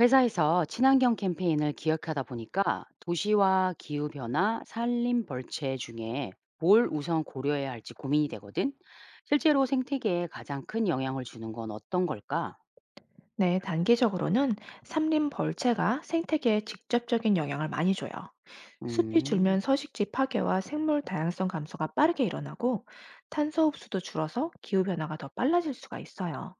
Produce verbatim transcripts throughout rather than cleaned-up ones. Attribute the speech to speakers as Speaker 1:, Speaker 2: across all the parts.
Speaker 1: 회사에서 친환경 캠페인을 기획하다 보니까 도시와 기후변화, 산림 벌채 중에 뭘 우선 고려해야 할지 고민이 되거든. 실제로 생태계에 가장 큰 영향을 주는 건 어떤 걸까?
Speaker 2: 네, 단기적으로는 삼림 벌채가 생태계에 직접적인 영향을 많이 줘요. 숲이
Speaker 1: 음,
Speaker 2: 줄면 서식지 파괴와 생물 다양성 감소가 빠르게 일어나고 탄소 흡수도 줄어서 기후 변화가 더 빨라질 수가 있어요.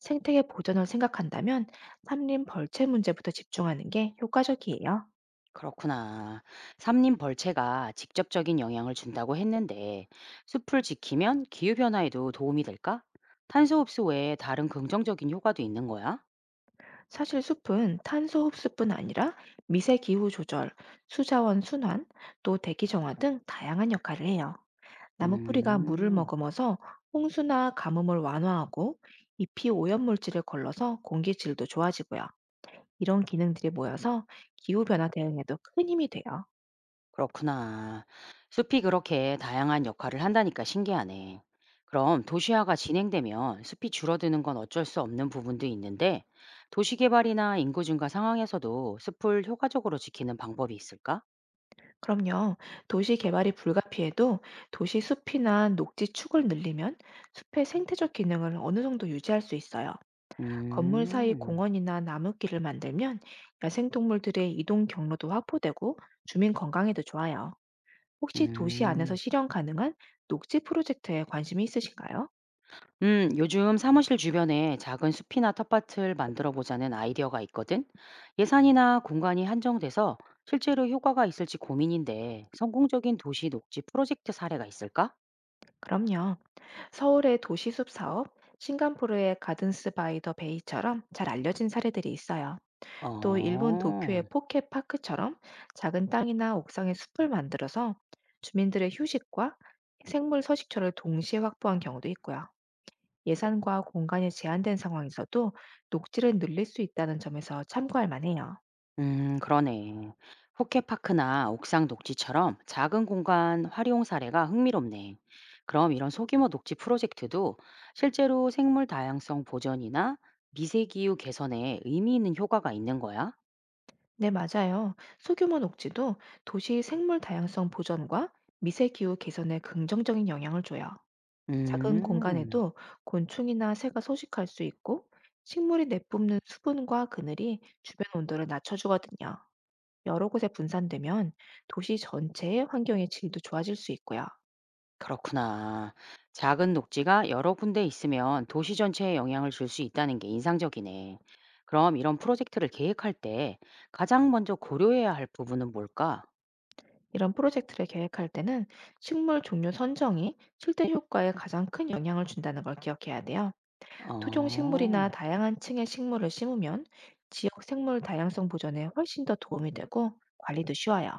Speaker 2: 생태계 보전을 생각한다면 삼림 벌채 문제부터 집중하는 게 효과적이에요.
Speaker 1: 그렇구나. 산림 벌채가 직접적인 영향을 준다고 했는데 숲을 지키면 기후변화에도 도움이 될까? 탄소 흡수 외에 다른 긍정적인 효과도 있는 거야?
Speaker 2: 사실 숲은 탄소 흡수뿐 아니라 미세 기후 조절, 수자원 순환, 또 대기 정화 등 다양한 역할을 해요. 나무뿌리가 물을
Speaker 1: 음.
Speaker 2: 머금어서 홍수나 가뭄을 완화하고 잎이 오염물질을 걸러서 공기 질도 좋아지고요. 이런 기능들이 모여서 기후변화 대응에도 큰 힘이 돼요.
Speaker 1: 그렇구나. 숲이 그렇게 다양한 역할을 한다니까 신기하네. 그럼 도시화가 진행되면 숲이 줄어드는 건 어쩔 수 없는 부분도 있는데, 도시개발이나 인구 증가 상황에서도 숲을 효과적으로 지키는 방법이 있을까?
Speaker 2: 그럼요. 도시 개발이 불가피해도 도시 숲이나 녹지 축을 늘리면 숲의 생태적 기능을 어느 정도 유지할 수 있어요. 건물 사이
Speaker 1: 음,
Speaker 2: 공원이나 나무길을 만들면 야생동물들의 이동 경로도 확보되고 주민 건강에도 좋아요. 혹시 도시 안에서
Speaker 1: 음.
Speaker 2: 실현 가능한 녹지 프로젝트에 관심이 있으신가요?
Speaker 1: 음, 요즘 사무실 주변에 작은 숲이나 텃밭을 만들어 보자는 아이디어가 있거든? 예산이나 공간이 한정돼서 실제로 효과가 있을지 고민인데, 성공적인 도시 녹지 프로젝트 사례가 있을까?
Speaker 2: 그럼요. 서울의 도시숲 사업, 싱가포르의 가든스 바이 더 베이처럼 잘 알려진 사례들이 있어요. 또 일본
Speaker 1: 어.
Speaker 2: 도쿄의 포켓 파크처럼 작은 땅이나 옥상에 숲을 만들어서 주민들의 휴식과 생물 서식처를 동시에 확보한 경우도 있고요. 예산과 공간이 제한된 상황에서도 녹지를 늘릴 수 있다는 점에서 참고할 만해요.
Speaker 1: 음 그러네. 호캐파크나 옥상 녹지처럼 작은 공간 활용 사례가 흥미롭네. 그럼 이런 소규모 녹지 프로젝트도 실제로 생물 다양성 보전이나 미세기후 개선에 의미 있는 효과가 있는 거야?
Speaker 2: 네, 맞아요. 소규모 녹지도 도시 생물 다양성 보전과 미세 기후 개선에 긍정적인 영향을 줘요. 작은
Speaker 1: 음.
Speaker 2: 공간에도 곤충이나 새가 서식할 수 있고 식물이 내뿜는 수분과 그늘이 주변 온도를 낮춰주거든요. 여러 곳에 분산되면 도시 전체의 환경의 질도 좋아질 수 있고요.
Speaker 1: 그렇구나. 작은 녹지가 여러 군데 있으면 도시 전체에 영향을 줄 수 있다는 게 인상적이네. 그럼 이런 프로젝트를 계획할 때 가장 먼저 고려해야 할 부분은 뭘까?
Speaker 2: 이런 프로젝트를 계획할 때는 식물 종류 선정이 실제 효과에 가장 큰 영향을 준다는 걸 기억해야 돼요. 토종 식물이나
Speaker 1: 어.
Speaker 2: 다양한 층의 식물을 심으면 지역 생물 다양성 보존에 훨씬 더 도움이 되고 관리도 쉬워요.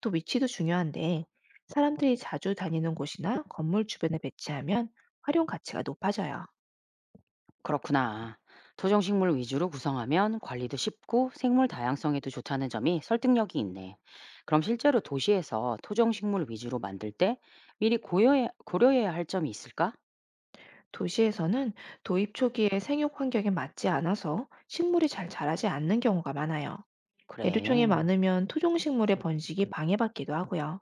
Speaker 2: 또 위치도 중요한데 사람들이 자주 다니는 곳이나 건물 주변에 배치하면 활용 가치가 높아져요.
Speaker 1: 그렇구나. 토종식물 위주로 구성하면 관리도 쉽고 생물 다양성에도 좋다는 점이 설득력이 있네. 그럼 실제로 도시에서 토종식물 위주로 만들 때 미리 고려해, 고려해야 할 점이 있을까?
Speaker 2: 도시에서는 도입 초기에 생육 환경에 맞지 않아서 식물이 잘 자라지 않는 경우가 많아요. 애류총이
Speaker 1: 그래.
Speaker 2: 많으면 토종 식물의 번식이 방해받기도 하고요.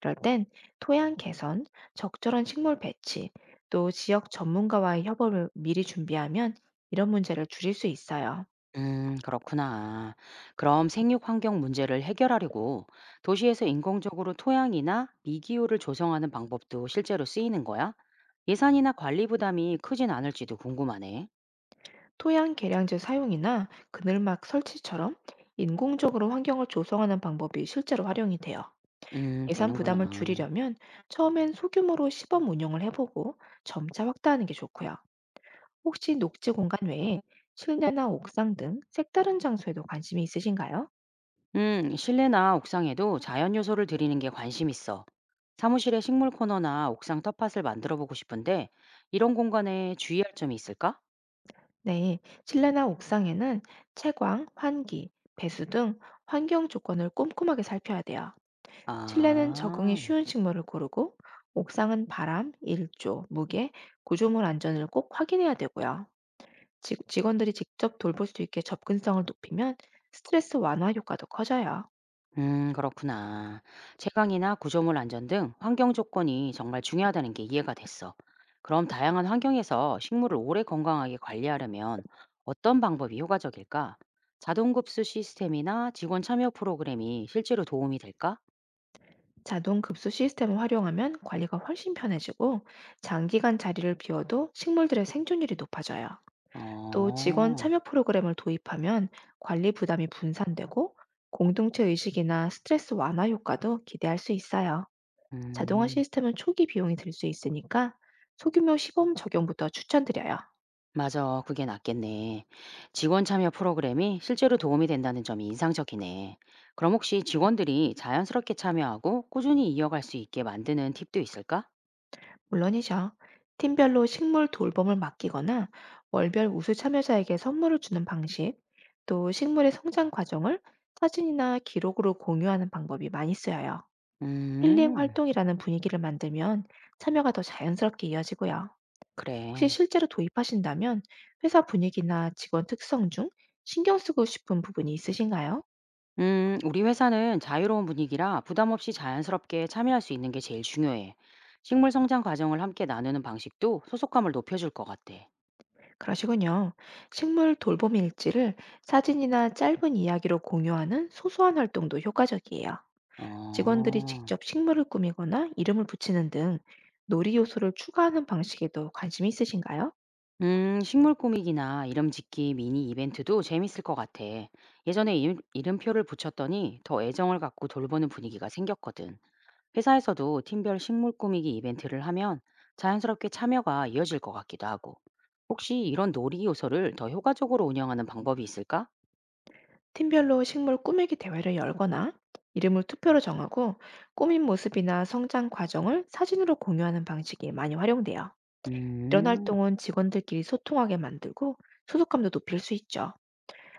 Speaker 2: 이럴 땐 토양 개선, 적절한 식물 배치, 또 지역 전문가와의 협업을 미리 준비하면 이런 문제를 줄일 수 있어요.
Speaker 1: 음, 그렇구나. 그럼 생육 환경 문제를 해결하려고 도시에서 인공적으로 토양이나 미기후를 조성하는 방법도 실제로 쓰이는 거야? 예산이나 관리 부담이 크진 않을지도 궁금하네.
Speaker 2: 토양 계량제 사용이나 그늘막 설치처럼 인공적으로 환경을 조성하는 방법이 실제로 활용이 돼요.
Speaker 1: 음,
Speaker 2: 예산 부담을
Speaker 1: 되는구나.
Speaker 2: 줄이려면 처음엔 소규모로 시범 운영을 해보고 점차 확대하는 게 좋고요. 혹시 녹지 공간 외에 실내나 옥상 등 색다른 장소에도 관심이 있으신가요?
Speaker 1: 음, 실내나 옥상에도 자연 요소를 들이는 게 관심 있어. 사무실에 식물 코너나 옥상 텃밭을 만들어 보고 싶은데, 이런 공간에 주의할 점이 있을까?
Speaker 2: 네, 실내나 옥상에는 채광, 환기, 배수 등 환경 조건을 꼼꼼하게 살펴야 돼요. 실내는 적응이
Speaker 1: 아,
Speaker 2: 쉬운 식물을 고르고, 옥상은 바람, 일조, 무게, 구조물 안전을 꼭 확인해야 되고요. 직- 직원들이 직접 돌볼 수 있게 접근성을 높이면 스트레스 완화 효과도 커져요.
Speaker 1: 음, 그렇구나. 채광이나 구조물 안전 등 환경 조건이 정말 중요하다는 게 이해가 됐어. 그럼 다양한 환경에서 식물을 오래 건강하게 관리하려면 어떤 방법이 효과적일까? 자동급수 시스템이나 직원 참여 프로그램이 실제로 도움이 될까?
Speaker 2: 자동 급수 시스템을 활용하면 관리가 훨씬 편해지고, 장기간 자리를 비워도 식물들의 생존율이 높아져요. 또 직원
Speaker 1: 어,
Speaker 2: 참여 프로그램을 도입하면 관리 부담이 분산되고 공동체 의식이나 스트레스 완화 효과도 기대할 수 있어요. 자동화
Speaker 1: 음.
Speaker 2: 시스템은 초기 비용이 들 수 있으니까 소규모 시범 적용부터 추천드려요.
Speaker 1: 맞아. 그게 낫겠네. 직원 참여 프로그램이 실제로 도움이 된다는 점이 인상적이네. 그럼 혹시 직원들이 자연스럽게 참여하고 꾸준히 이어갈 수 있게 만드는 팁도 있을까?
Speaker 2: 물론이죠. 팀별로 식물 돌봄을 맡기거나 월별 우수 참여자에게 선물을 주는 방식, 또 식물의 성장 과정을 사진이나 기록으로 공유하는 방법이 많이 쓰여요. 힐링
Speaker 1: 음,
Speaker 2: 활동이라는 분위기를 만들면 참여가 더 자연스럽게 이어지고요. 혹시
Speaker 1: 그래.
Speaker 2: 실제로 도입하신다면 회사 분위기나 직원 특성 중 신경 쓰고 싶은 부분이 있으신가요?
Speaker 1: 음, 우리 회사는 자유로운 분위기라 부담 없이 자연스럽게 참여할 수 있는 게 제일 중요해. 식물 성장 과정을 함께 나누는 방식도 소속감을 높여줄 것 같아.
Speaker 2: 그러시군요. 식물 돌봄 일지를 사진이나 짧은 이야기로 공유하는 소소한 활동도 효과적이에요. 직원들이
Speaker 1: 어.
Speaker 2: 직접 식물을 꾸미거나 이름을 붙이는 등 놀이 요소를 추가하는 방식에도 관심이 있으신가요?
Speaker 1: 음, 식물 꾸미기나 이름 짓기 미니 이벤트도 재밌을 것 같아. 예전에 이름, 이름표를 붙였더니 더 애정을 갖고 돌보는 분위기가 생겼거든. 회사에서도 팀별 식물 꾸미기 이벤트를 하면 자연스럽게 참여가 이어질 것 같기도 하고. 혹시 이런 놀이 요소를 더 효과적으로 운영하는 방법이 있을까?
Speaker 2: 팀별로 식물 꾸미기 대회를 열거나 이름을 투표로 정하고 꾸민 모습이나 성장 과정을 사진으로 공유하는 방식이 많이 활용돼요. 이런
Speaker 1: 음,
Speaker 2: 활동은 직원들끼리 소통하게 만들고 소속감도 높일 수 있죠.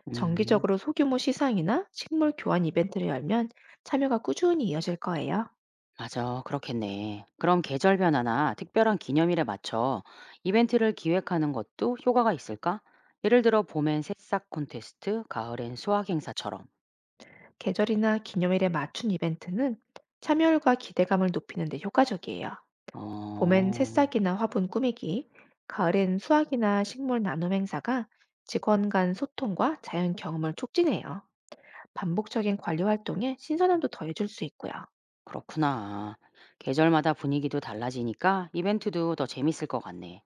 Speaker 1: 음.
Speaker 2: 정기적으로 소규모 시상이나 식물 교환 이벤트를 열면 참여가 꾸준히 이어질 거예요.
Speaker 1: 맞아. 그렇겠네. 그럼 계절 변화나 특별한 기념일에 맞춰 이벤트를 기획하는 것도 효과가 있을까? 예를 들어 봄엔 새싹 콘테스트, 가을엔 수학 행사처럼.
Speaker 2: 계절이나 기념일에 맞춘 이벤트는 참여율과 기대감을 높이는 데 효과적이에요. 봄엔
Speaker 1: 어,
Speaker 2: 새싹이나 화분 꾸미기, 가을엔 수확이나 식물 나눔 행사가 직원 간 소통과 자연 경험을 촉진해요. 반복적인 관리 활동에 신선함도 더해줄 수 있고요.
Speaker 1: 그렇구나. 계절마다 분위기도 달라지니까 이벤트도 더 재밌을 것 같네.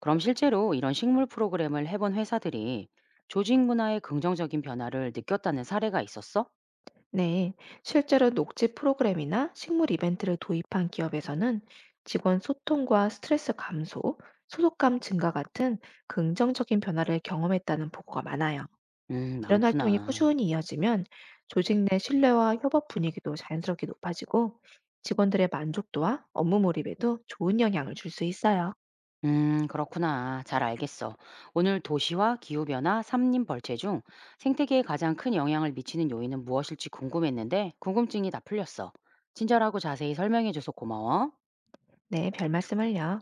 Speaker 1: 그럼 실제로 이런 식물 프로그램을 해본 회사들이 조직 문화의 긍정적인 변화를 느꼈다는 사례가 있었어?
Speaker 2: 네, 실제로 녹지 프로그램이나 식물 이벤트를 도입한 기업에서는 직원 소통과 스트레스 감소, 소속감 증가 같은 긍정적인 변화를 경험했다는 보고가 많아요.
Speaker 1: 음,
Speaker 2: 이런 활동이
Speaker 1: 많구나.
Speaker 2: 꾸준히 이어지면 조직 내 신뢰와 협업 분위기도 자연스럽게 높아지고 직원들의 만족도와 업무 몰입에도 좋은 영향을 줄 수 있어요.
Speaker 1: 음, 그렇구나. 잘 알겠어. 오늘 도시와 기후변화, 삼림 벌채 중 생태계에 가장 큰 영향을 미치는 요인은 무엇일지 궁금했는데 궁금증이 다 풀렸어. 친절하고 자세히 설명해줘서 고마워.
Speaker 2: 네, 별 말씀을요.